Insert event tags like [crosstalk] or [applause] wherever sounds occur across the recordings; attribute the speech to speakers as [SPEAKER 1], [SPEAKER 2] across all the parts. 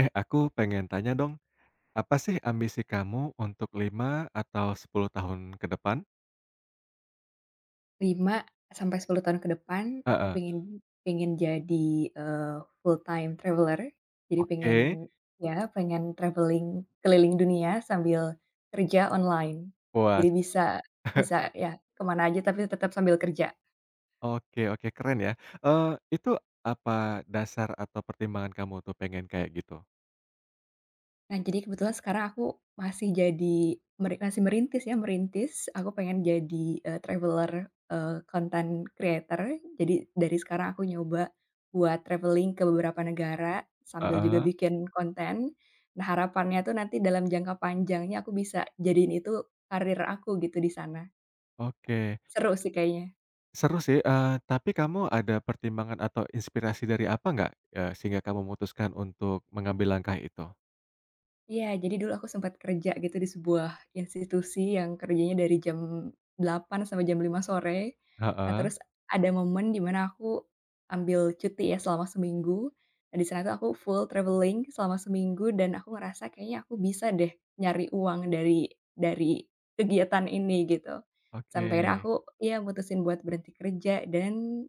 [SPEAKER 1] Eh, aku pengen tanya dong, apa sih ambisi kamu untuk 5 atau 10 tahun ke depan?
[SPEAKER 2] Lima sampai 10 tahun ke depan aku
[SPEAKER 1] Heeh.
[SPEAKER 2] pengen pengen jadi, eee, full time traveler. Jadi pengen
[SPEAKER 1] Oke,
[SPEAKER 2] ya pengen traveling keliling dunia sambil kerja online.
[SPEAKER 1] puas.
[SPEAKER 2] Jadi bisa bisa ya kemana aja tapi tetap sambil kerja.
[SPEAKER 1] Oke oke, keren ya. Eee, itu apa dasar atau pertimbangan kamu tuh pengen kayak gitu?
[SPEAKER 2] Nah, jadi kebetulan sekarang aku masih jadi masih merintis ya, merintis. Aku pengen jadi, traveler, content creator. Jadi dari sekarang aku nyoba buat traveling ke beberapa negara, sambil juga
[SPEAKER 1] Heeh,
[SPEAKER 2] bikin konten. Nah, harapannya tuh nanti dalam jangka panjangnya aku bisa jadiin itu karir aku gitu di sana.
[SPEAKER 1] oke.
[SPEAKER 2] Seru sih kayaknya.
[SPEAKER 1] Seru sih, tapi kamu ada pertimbangan atau inspirasi dari apa nggak, sehingga kamu memutuskan untuk mengambil langkah itu?
[SPEAKER 2] Iya, jadi dulu aku sempat kerja gitu di sebuah institusi yang kerjanya dari jam 8 sampai jam 5 sore. Nah,
[SPEAKER 1] Heeh,
[SPEAKER 2] terus ada momen di mana aku ambil cuti ya selama seminggu. Nah, di sana tuh aku full traveling selama seminggu dan aku ngerasa kayaknya aku bisa deh nyari uang dari kegiatan ini gitu. Sampai akhirnya
[SPEAKER 1] oke.
[SPEAKER 2] aku ya mutusin buat berhenti kerja dan,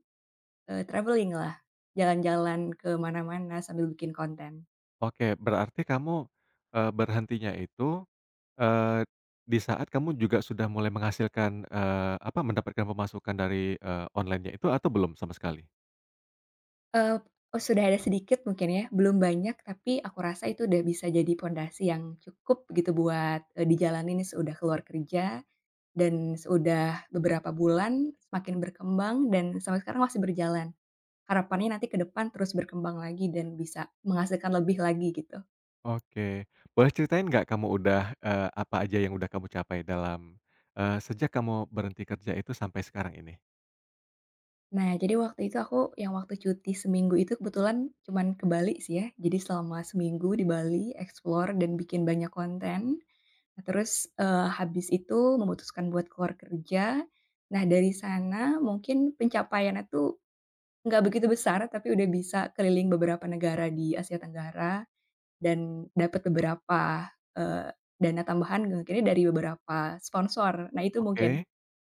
[SPEAKER 2] traveling lah, jalan-jalan ke mana-mana sambil bikin konten.
[SPEAKER 1] Oke, berarti kamu, berhentinya itu. Eee, di saat kamu juga sudah mulai menghasilkan, apa, mendapatkan pemasukan dari, online-nya itu atau belum sama sekali?
[SPEAKER 2] Eee, oh, sudah ada sedikit mungkin ya, belum banyak tapi aku rasa itu udah bisa jadi pondasi yang cukup gitu buat, dijalanin sesudah keluar kerja dan sudah beberapa bulan semakin berkembang dan sampai sekarang masih berjalan. Harapannya nanti ke depan terus berkembang lagi dan bisa menghasilkan lebih lagi gitu.
[SPEAKER 1] Oke. Boleh ceritain nggak kamu udah, apa aja yang udah kamu capai dalam, sejak kamu berhenti kerja itu sampai sekarang ini?
[SPEAKER 2] Nah, jadi waktu itu aku yang waktu cuti seminggu itu kebetulan cuman ke Bali sih ya. Jadi selama seminggu di Bali explore dan bikin banyak konten. Nah, terus, habis itu memutuskan buat keluar kerja. Nah, dari sana mungkin pencapaiannya tuh nggak begitu besar, tapi udah bisa keliling beberapa negara di Asia Tenggara dan dapat beberapa, eee, dana tambahan mungkinnya dari beberapa sponsor. Nah, itu mungkin,
[SPEAKER 1] Oke.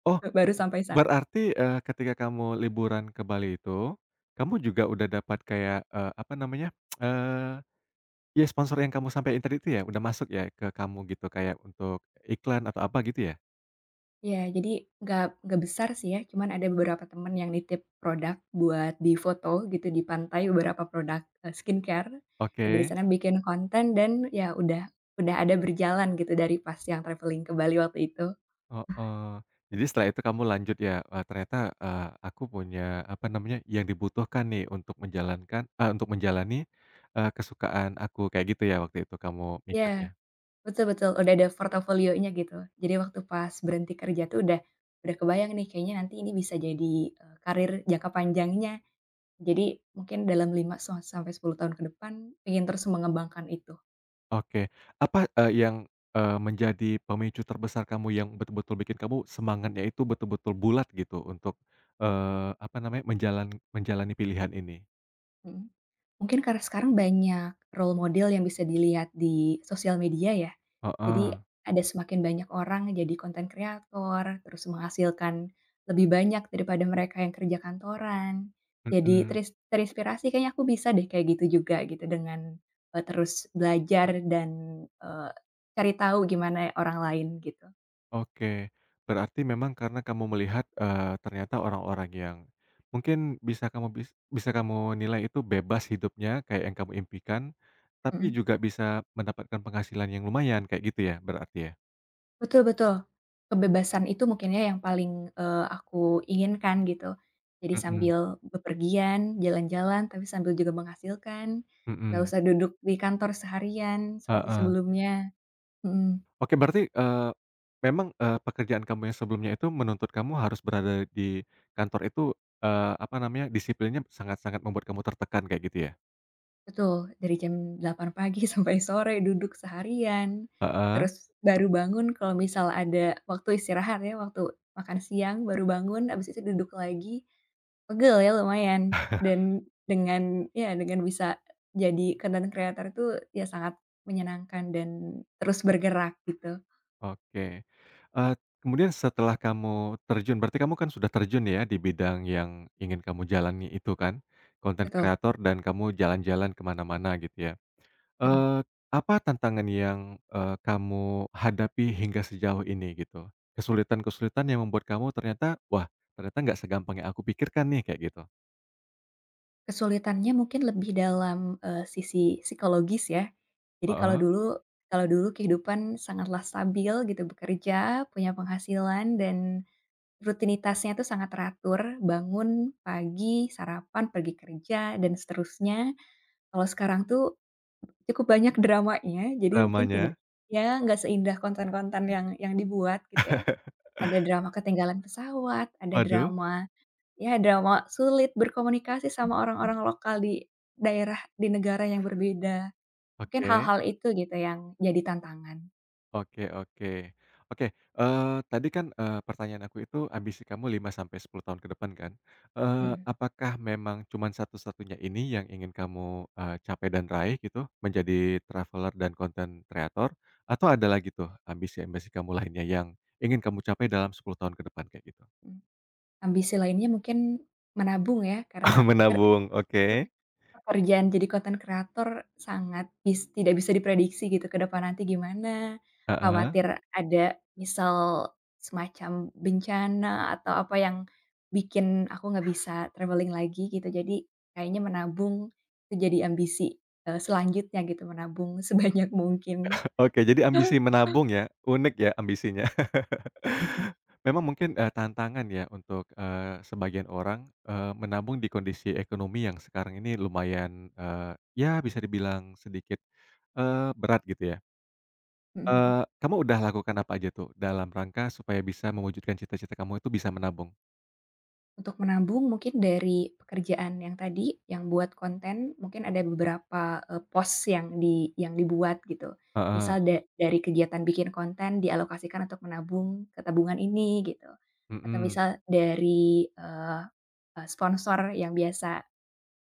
[SPEAKER 1] Oh,
[SPEAKER 2] baru sampai sana.
[SPEAKER 1] berarti, ketika kamu liburan ke Bali itu, kamu juga udah dapat kayak, apa namanya, eee, ya sponsor yang kamu sampein tadi itu ya, udah masuk ya ke kamu gitu, kayak untuk iklan atau apa gitu ya?
[SPEAKER 2] Iya, jadi nggak nggak besar sih ya, cuman ada beberapa temen yang nitip produk buat difoto gitu di pantai, beberapa produk, skincare. Nah, dari
[SPEAKER 1] Oke.
[SPEAKER 2] sana bikin konten dan ya udah ada berjalan gitu dari pas yang traveling ke Bali waktu itu.
[SPEAKER 1] Heeh. Jadi setelah itu kamu lanjut ya, ternyata, eee, aku punya apa namanya, yang dibutuhkan nih untuk menjalani, kesukaan aku, kayak gitu ya waktu itu kamu
[SPEAKER 2] Iya,
[SPEAKER 1] mikirnya?
[SPEAKER 2] betul betul, udah ada portofolionya gitu. Jadi waktu pas berhenti kerja tuh udah kebayang nih kayaknya nanti ini bisa jadi, karir jangka panjangnya. Jadi mungkin dalam 5 sampai 10 tahun ke depan pengen terus mengembangkan itu.
[SPEAKER 1] Oke. Apa, yang, menjadi pemicu terbesar kamu yang betul-betul bikin kamu semangatnya itu betul-betul bulat gitu untuk, apa namanya, menjalani pilihan ini?
[SPEAKER 2] Mhm. Mungkin karena sekarang banyak role model yang bisa dilihat di sosial media ya. Jadi
[SPEAKER 1] Heeh,
[SPEAKER 2] ada semakin banyak orang jadi konten kreator, terus menghasilkan lebih banyak daripada mereka yang kerja kantoran. Jadi
[SPEAKER 1] mhm.
[SPEAKER 2] terinspirasi kayaknya aku bisa deh kayak gitu juga gitu dengan, terus belajar dan, eee, cari tahu gimana orang lain gitu.
[SPEAKER 1] Oke, berarti memang karena kamu melihat, ternyata orang-orang yang mungkin bisa kamu bis bisa kamu nilai itu bebas hidupnya kayak yang kamu impikan, tapi
[SPEAKER 2] Mhm.
[SPEAKER 1] juga bisa mendapatkan penghasilan yang lumayan kayak gitu ya berarti ya?
[SPEAKER 2] Betul betul. Kebebasan itu mungkin ya yang paling, aku inginkan gitu. Jadi
[SPEAKER 1] Mhm
[SPEAKER 2] sambil bepergian, jalan-jalan, tapi sambil juga menghasilkan, nggak
[SPEAKER 1] mhm,
[SPEAKER 2] usah duduk di kantor seharian seperti
[SPEAKER 1] heeh.
[SPEAKER 2] sebelumnya. Mhm,
[SPEAKER 1] Oke berarti, memang, pekerjaan kamu yang sebelumnya itu menuntut kamu harus berada di kantor itu, apa namanya, disiplinnya sangat-sangat membuat kamu tertekan kayak gitu ya?
[SPEAKER 2] betul. Dari jam 8 pagi [laughs] sampai sore duduk seharian,
[SPEAKER 1] Heeh.
[SPEAKER 2] terus baru bangun kalau misal ada waktu istirahat ya, waktu makan siang baru bangun, abis itu duduk lagi. Pegel ya lumayan dan dengan bisa jadi content creator itu ya sangat menyenangkan dan terus bergerak gitu.
[SPEAKER 1] Oke. Eee, Kemudian setelah kamu terjun, berarti kamu kan sudah terjun ya di bidang yang ingin kamu jalani itu kan, konten
[SPEAKER 2] Betul,
[SPEAKER 1] kreator dan kamu jalan-jalan kemana mana gitu ya.
[SPEAKER 2] mhm.
[SPEAKER 1] Eee, Apa tantangan yang, kamu hadapi hingga sejauh ini gitu? Kesulitan-kesulitan yang membuat kamu ternyata, "Wah, ternyata nggak segampang yang aku pikirkan nih," kayak gitu?
[SPEAKER 2] Kesulitannya mungkin lebih dalam, sisi psikologis ya. Jadi
[SPEAKER 1] Heeh,
[SPEAKER 2] kalau dulu kehidupan sangatlah stabil gitu, bekerja, punya penghasilan dan rutinitasnya tuh sangat teratur, bangun pagi, sarapan, pergi kerja, dan seterusnya. Kalau sekarang tuh cukup banyak dramanya, jadi mungkin tid
[SPEAKER 1] dramanya.
[SPEAKER 2] ya nggak seindah konten-konten yang dibuat gitu ya. Ada drama ketinggalan pesawat, ada
[SPEAKER 1] Waduh,
[SPEAKER 2] drama sulit berkomunikasi sama orang-orang lokal di daerah di negara yang berbeda. Mungkin
[SPEAKER 1] oke.
[SPEAKER 2] hal-hal itu gitu yang jadi tantangan.
[SPEAKER 1] Oke oke. Oke, tadi kan, pertanyaan aku itu ambisi kamu 5 sampai 10 tahun ke depan kan,
[SPEAKER 2] Mhm,
[SPEAKER 1] apakah memang cuman satu-satunya ini yang ingin kamu, capai dan raih gitu, menjadi traveler dan content creator? Atau ada lagi tuh ambisi-ambisi kamu lainnya yang ingin kamu capai dalam 10 tahun ke depan kayak gitu?
[SPEAKER 2] mhm. Ambisi lainnya mungkin menabung ya, karena
[SPEAKER 1] [laughs] Menabung, oke.
[SPEAKER 2] Peke pekerjaan jadi content creator sangat tidak bisa diprediksi gitu ke depan nanti gimana,
[SPEAKER 1] Heeh.
[SPEAKER 2] khawatir ada misal semacam bencana atau apa yang bikin aku nggak bisa traveling lagi gitu. Jadi kayaknya menabung itu jadi ambisi, selanjutnya gitu menabung [laughs] sebanyak mungkin.
[SPEAKER 1] Oke, jadi ambisi menabung ya, unik ya ambisinya. [laughs]
[SPEAKER 2] Mhm,
[SPEAKER 1] Memang mungkin, tantangan ya untuk, sebagian orang, menabung di kondisi ekonomi yang sekarang ini lumayan, ya bisa dibilang sedikit, berat gitu ya.
[SPEAKER 2] mhm.
[SPEAKER 1] Kamu udah lakukan apa aja tuh dalam rangka supaya bisa mewujudkan cita-cita kamu itu bisa menabung?
[SPEAKER 2] Untuk menabung mungkin dari pekerjaan yang tadi, yang buat konten mungkin ada beberapa, pos yang dibuat gitu.
[SPEAKER 1] Heeh,
[SPEAKER 2] Misal dari kegiatan bikin konten dialokasikan untuk menabung ke tabungan ini gitu, atau
[SPEAKER 1] mhm,
[SPEAKER 2] misal dari, eee eee, sponsor yang biasa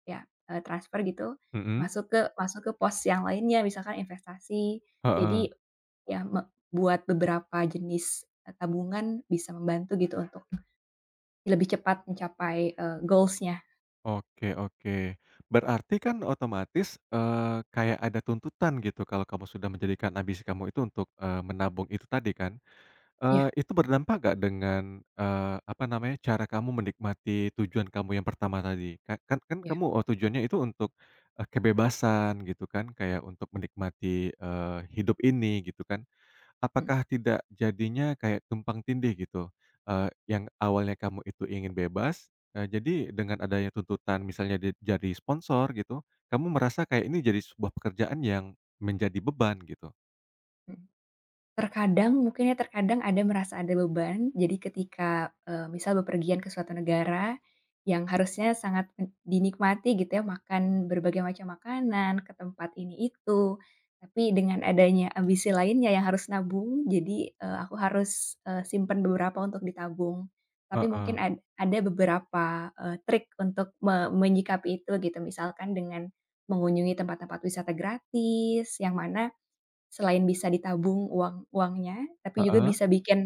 [SPEAKER 2] ya, transfer gitu,
[SPEAKER 1] mhm,
[SPEAKER 2] masuk ke pos yang lainnya misalkan investasi.
[SPEAKER 1] heeh.
[SPEAKER 2] Jadi ya buat beberapa jenis, tabungan bisa membantu gitu untuk lebih cepat mencapai, goals-nya.
[SPEAKER 1] Oke oke. Berarti kan otomatis, kayak ada tuntutan gitu kalau kamu sudah menjadikan ambisi kamu itu untuk, menabung itu tadi kan.
[SPEAKER 2] Iya,
[SPEAKER 1] Itu berdampak gak dengan, apa namanya, cara kamu menikmati tujuan kamu yang pertama tadi? Ka kan kan
[SPEAKER 2] iya,
[SPEAKER 1] kamu, tujuannya itu untuk, kebebasan gitu kan, kayak untuk menikmati, hidup ini gitu kan.
[SPEAKER 2] mhm,
[SPEAKER 1] Apakah tidak jadinya kayak tumpang tindih gitu? Eee, yang awalnya kamu itu ingin bebas, jadi dengan adanya tuntutan misalnya di jadi sponsor gitu, kamu merasa kayak ini jadi sebuah pekerjaan yang menjadi beban gitu.
[SPEAKER 2] mhm. Terkadang mungkin ya, terkadang ada merasa ada beban. Jadi ketika, misal bepergian ke suatu negara yang harusnya sangat dinikmati gitu ya, makan berbagai macam makanan, ke tempat ini itu. Tapi dengan adanya ambisi lainnya yang harus nabung, jadi, aku harus, simpen beberapa untuk ditabung. Tapi mungkin
[SPEAKER 1] Heeh,
[SPEAKER 2] ada beberapa, trik untuk menyikapi itu gitu, misalkan dengan mengunjungi tempat-tempat wisata gratis, yang mana selain bisa ditabung uangnya, tapi juga
[SPEAKER 1] heeh.
[SPEAKER 2] bisa bikin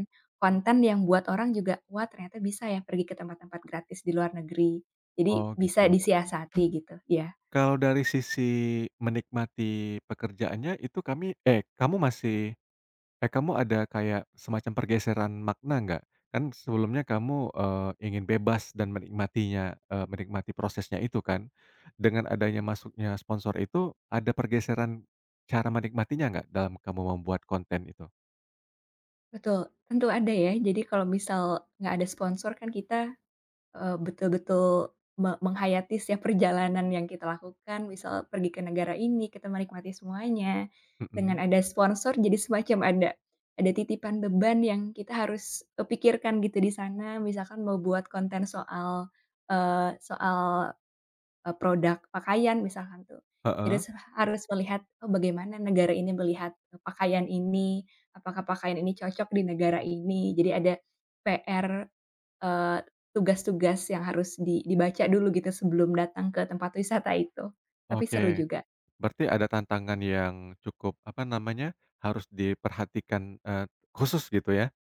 [SPEAKER 2] konten yang buat orang juga, "Wah ternyata bisa ya pergi ke tempat-tempat gratis di luar negeri." Jadi
[SPEAKER 1] Oh
[SPEAKER 2] bisa
[SPEAKER 1] gitu.
[SPEAKER 2] disiasati gitu, iya.
[SPEAKER 1] Kalau dari sisi menikmati pekerjaannya itu kamu masih. Eh, kamu ada kayak semacam pergeseran makna nggak? Kan sebelumnya kamu, ingin bebas dan menikmati prosesnya itu kan. Dengan adanya masuknya sponsor itu, ada pergeseran cara menikmatinya nggak dalam kamu membuat konten itu?
[SPEAKER 2] Betul, tentu ada ya. Jadi kalau misal nggak ada sponsor kan kita betul-betul menghayati setiap perjalanan yang kita lakukan, misal pergi ke negara ini, kita menikmati semuanya.
[SPEAKER 1] Mhm,
[SPEAKER 2] Dengan ada sponsor jadi semacam ada titipan beban yang kita harus, pikirkan gitu di sana, misalkan mau buat konten soal produk pakaian misalkan tuh. Jadi
[SPEAKER 1] heeh,
[SPEAKER 2] harus melihat, oh bagaimana negara ini melihat, pakaian ini, apakah pakaian ini cocok di negara ini. Jadi ada PR, eee, tugas-tugas yang harus dibaca dulu gitu sebelum datang ke tempat wisata itu. Tapi seru
[SPEAKER 1] oke.
[SPEAKER 2] juga,
[SPEAKER 1] Berarti ada tantangan yang cukup, apa namanya, harus diperhatikan, khusus gitu ya?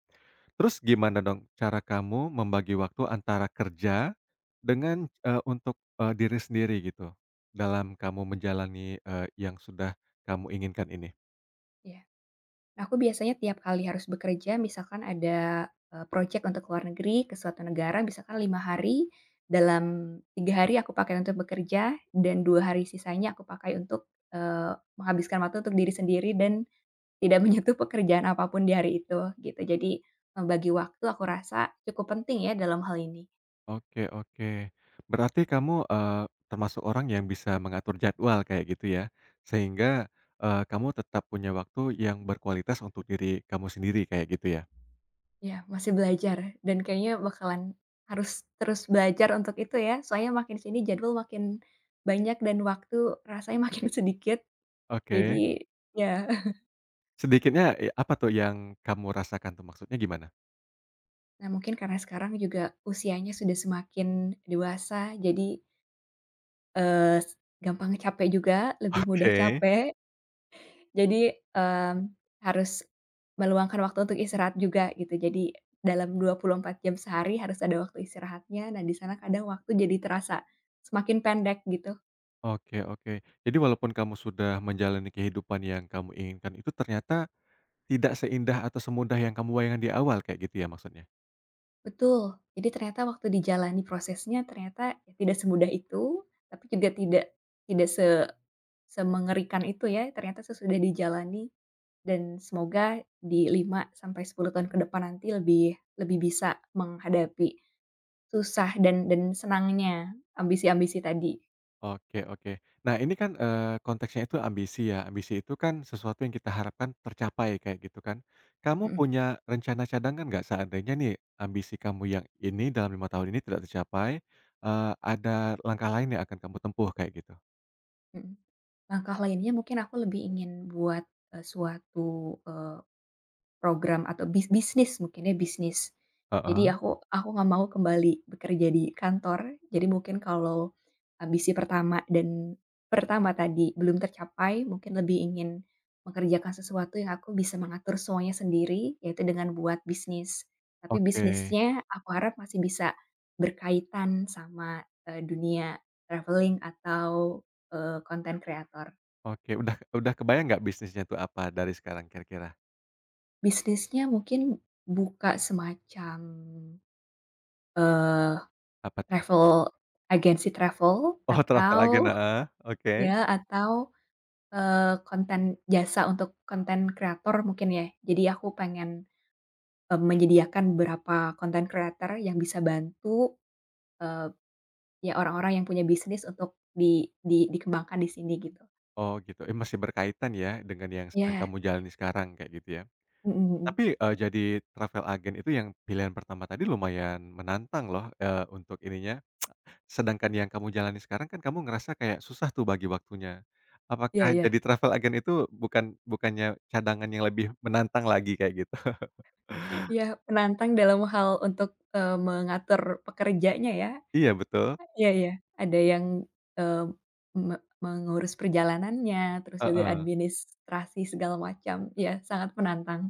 [SPEAKER 1] Terus gimana dong cara kamu membagi waktu antara kerja dengan, untuk, diri sendiri gitu, dalam kamu menjalani, yang sudah kamu inginkan ini?
[SPEAKER 2] iya. Aku biasanya tiap kali harus bekerja, misalkan ada, project untuk luar negeri ke suatu negara, misalkan 5 hari, dalam 3 hari aku pakai untuk bekerja dan 2 hari sisanya aku pakai untuk, menghabiskan waktu untuk diri sendiri dan tidak [laughs] menyentuh pekerjaan apapun di hari itu, gitu. Jadi, membagi waktu aku rasa cukup penting ya dalam hal ini.
[SPEAKER 1] Oke oke. Berarti kamu, termasuk orang yang bisa mengatur jadwal kayak gitu ya? Sehingga, kamu tetap punya waktu yang berkualitas untuk diri kamu sendiri kayak gitu ya?
[SPEAKER 2] Ya masih belajar dan kayaknya bakalan harus terus belajar untuk itu ya, soalnya makin sini jadwal makin banyak dan waktu rasanya makin [laughs] sedikit.
[SPEAKER 1] Oke.
[SPEAKER 2] Jadi ya. [laughs]
[SPEAKER 1] Sedikitnya, apa tuh yang kamu rasakan tuh maksudnya gimana?
[SPEAKER 2] Nah, mungkin karena sekarang juga usianya sudah semakin dewasa, jadi, eee, s gampang capek juga, lebih mudah
[SPEAKER 1] Oke.
[SPEAKER 2] capek. Jadi, harus meluangkan waktu untuk istirahat juga gitu. Jadi dalam 24 jam sehari harus ada waktu istirahatnya. Nah, di sana kadang waktu jadi terasa semakin pendek gitu.
[SPEAKER 1] Oke oke. Jadi walaupun kamu sudah menjalani kehidupan yang kamu inginkan itu ternyata tidak seindah atau semudah yang kamu bayangkan di awal kayak gitu ya maksudnya?
[SPEAKER 2] Betul. Jadi ternyata waktu dijalani prosesnya ternyata ya tidak semudah itu, tapi juga tidak tidak semengerikan itu ya, ternyata sesudah dijalani dan semoga di 5 sampai 10 tahun ke depan nanti lebih lebih bisa menghadapi susah dan senangnya ambisi-ambisi tadi.
[SPEAKER 1] Oke oke. Nah ini kan, konteksnya itu ambisi ya, ambisi itu kan sesuatu yang kita harapkan tercapai kayak gitu kan. Kamu
[SPEAKER 2] Mhm,
[SPEAKER 1] punya rencana cadangan nggak seandainya nih ambisi kamu yang ini dalam 5 tahun ini tidak tercapai, eee, ada langkah lain yang akan kamu tempuh kayak gitu?
[SPEAKER 2] mhm. Langkah lainnya mungkin aku lebih ingin buat, suatu, program atau bisnis mungkin ya, bisnis. Jadi
[SPEAKER 1] Heeh,
[SPEAKER 2] aku nggak mau kembali bekerja di kantor, jadi mungkin kalau ambisi pertama tadi belum tercapai, mungkin lebih ingin mengerjakan sesuatu yang aku bisa mengatur semuanya sendiri, yaitu dengan buat bisnis. Tapi
[SPEAKER 1] oke
[SPEAKER 2] bisnisnya aku harap masih bisa berkaitan sama, dunia traveling atau, konten kreator.
[SPEAKER 1] oke. Udah kebayang nggak bisnisnya itu apa dari sekarang kira-kira?
[SPEAKER 2] Bisnisnya mungkin buka semacam, eh,
[SPEAKER 1] Apa tuh?
[SPEAKER 2] travel, agensi travel
[SPEAKER 1] Oh, Travel Agen,
[SPEAKER 2] atau
[SPEAKER 1] heeh, oke.
[SPEAKER 2] atau, konten jasa untuk konten kreator mungkin ya. Jadi aku pengen, menyediakan beberapa konten kreator yang bisa bantu, eee, ya orang-orang yang punya bisnis untuk di dikembangkan di sini gitu.
[SPEAKER 1] Oh, gitu, eh, masih berkaitan ya dengan yang sedang
[SPEAKER 2] Ya,
[SPEAKER 1] kamu jalani sekarang, kayak gitu ya.
[SPEAKER 2] mhm, mhm,
[SPEAKER 1] Tapi,
[SPEAKER 2] gitu.
[SPEAKER 1] jadi travel agen itu yang pilihan pertama tadi lumayan menantang loh, untuk ininya. Sedangkan yang kamu jalani sekarang kan kamu ngerasa kayak susah tuh bagi waktunya.
[SPEAKER 2] Ya
[SPEAKER 1] Apakah
[SPEAKER 2] iya.
[SPEAKER 1] jadi travel agen itu bukan bukannya cadangan yang lebih menantang lagi kayak gitu? [laughs]
[SPEAKER 2] Iya, menantang dalam hal untuk, mengatur pekerjanya ya.
[SPEAKER 1] Iya, betul,
[SPEAKER 2] Iya, iya, ada yang, eee, me mengurus perjalanannya, terus juga
[SPEAKER 1] heeh.
[SPEAKER 2] administrasi segala macam, iya sangat menantang,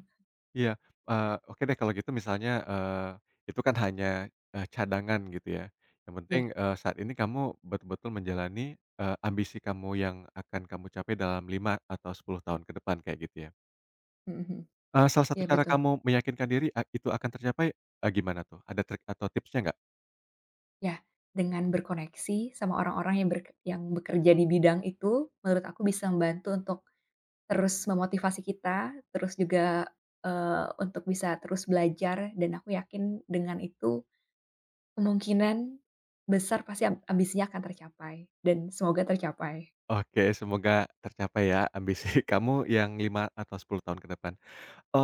[SPEAKER 1] Iya, oke deh kalau gitu misalnya, itu kan hanya, cadangan gitu ya. Yang penting,
[SPEAKER 2] iya,
[SPEAKER 1] saat ini kamu betul-betul menjalani, ambisi kamu yang akan kamu capai dalam 5 atau 10 tahun ke depan kayak gitu ya.
[SPEAKER 2] mhm, mhm,
[SPEAKER 1] Salah satu
[SPEAKER 2] iya
[SPEAKER 1] cara
[SPEAKER 2] betul.
[SPEAKER 1] kamu meyakinkan diri itu akan tercapai, gimana tuh? Ada trik atau tipsnya nggak?
[SPEAKER 2] Iya, dengan berkoneksi sama orang-orang yang bekerja di bidang itu, menurut aku bisa membantu untuk terus memotivasi kita, terus juga, untuk bisa terus belajar dan aku yakin dengan itu kemungkinan besar pasti ambisinya akan tercapai dan semoga tercapai.
[SPEAKER 1] Oke semoga tercapai ya ambisi [laughs] kamu yang 5 atau 10 tahun ke depan.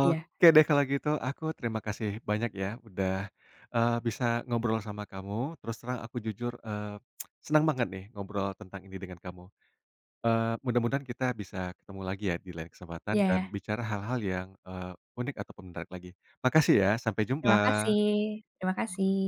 [SPEAKER 2] Iya,
[SPEAKER 1] deh kalau gitu, aku terima kasih banyak ya udah, bisa ngobrol sama kamu. Terus terang aku jujur, senang banget nih ngobrol tentang ini dengan kamu. Mudah-mudahan kita bisa ketemu lagi ya di lain kesempatan dan
[SPEAKER 2] iya.
[SPEAKER 1] bicara hal-hal yang, unik atau menarik lagi. Makasih ya, sampai
[SPEAKER 2] Terima
[SPEAKER 1] jumpa.
[SPEAKER 2] kasih terima kasih.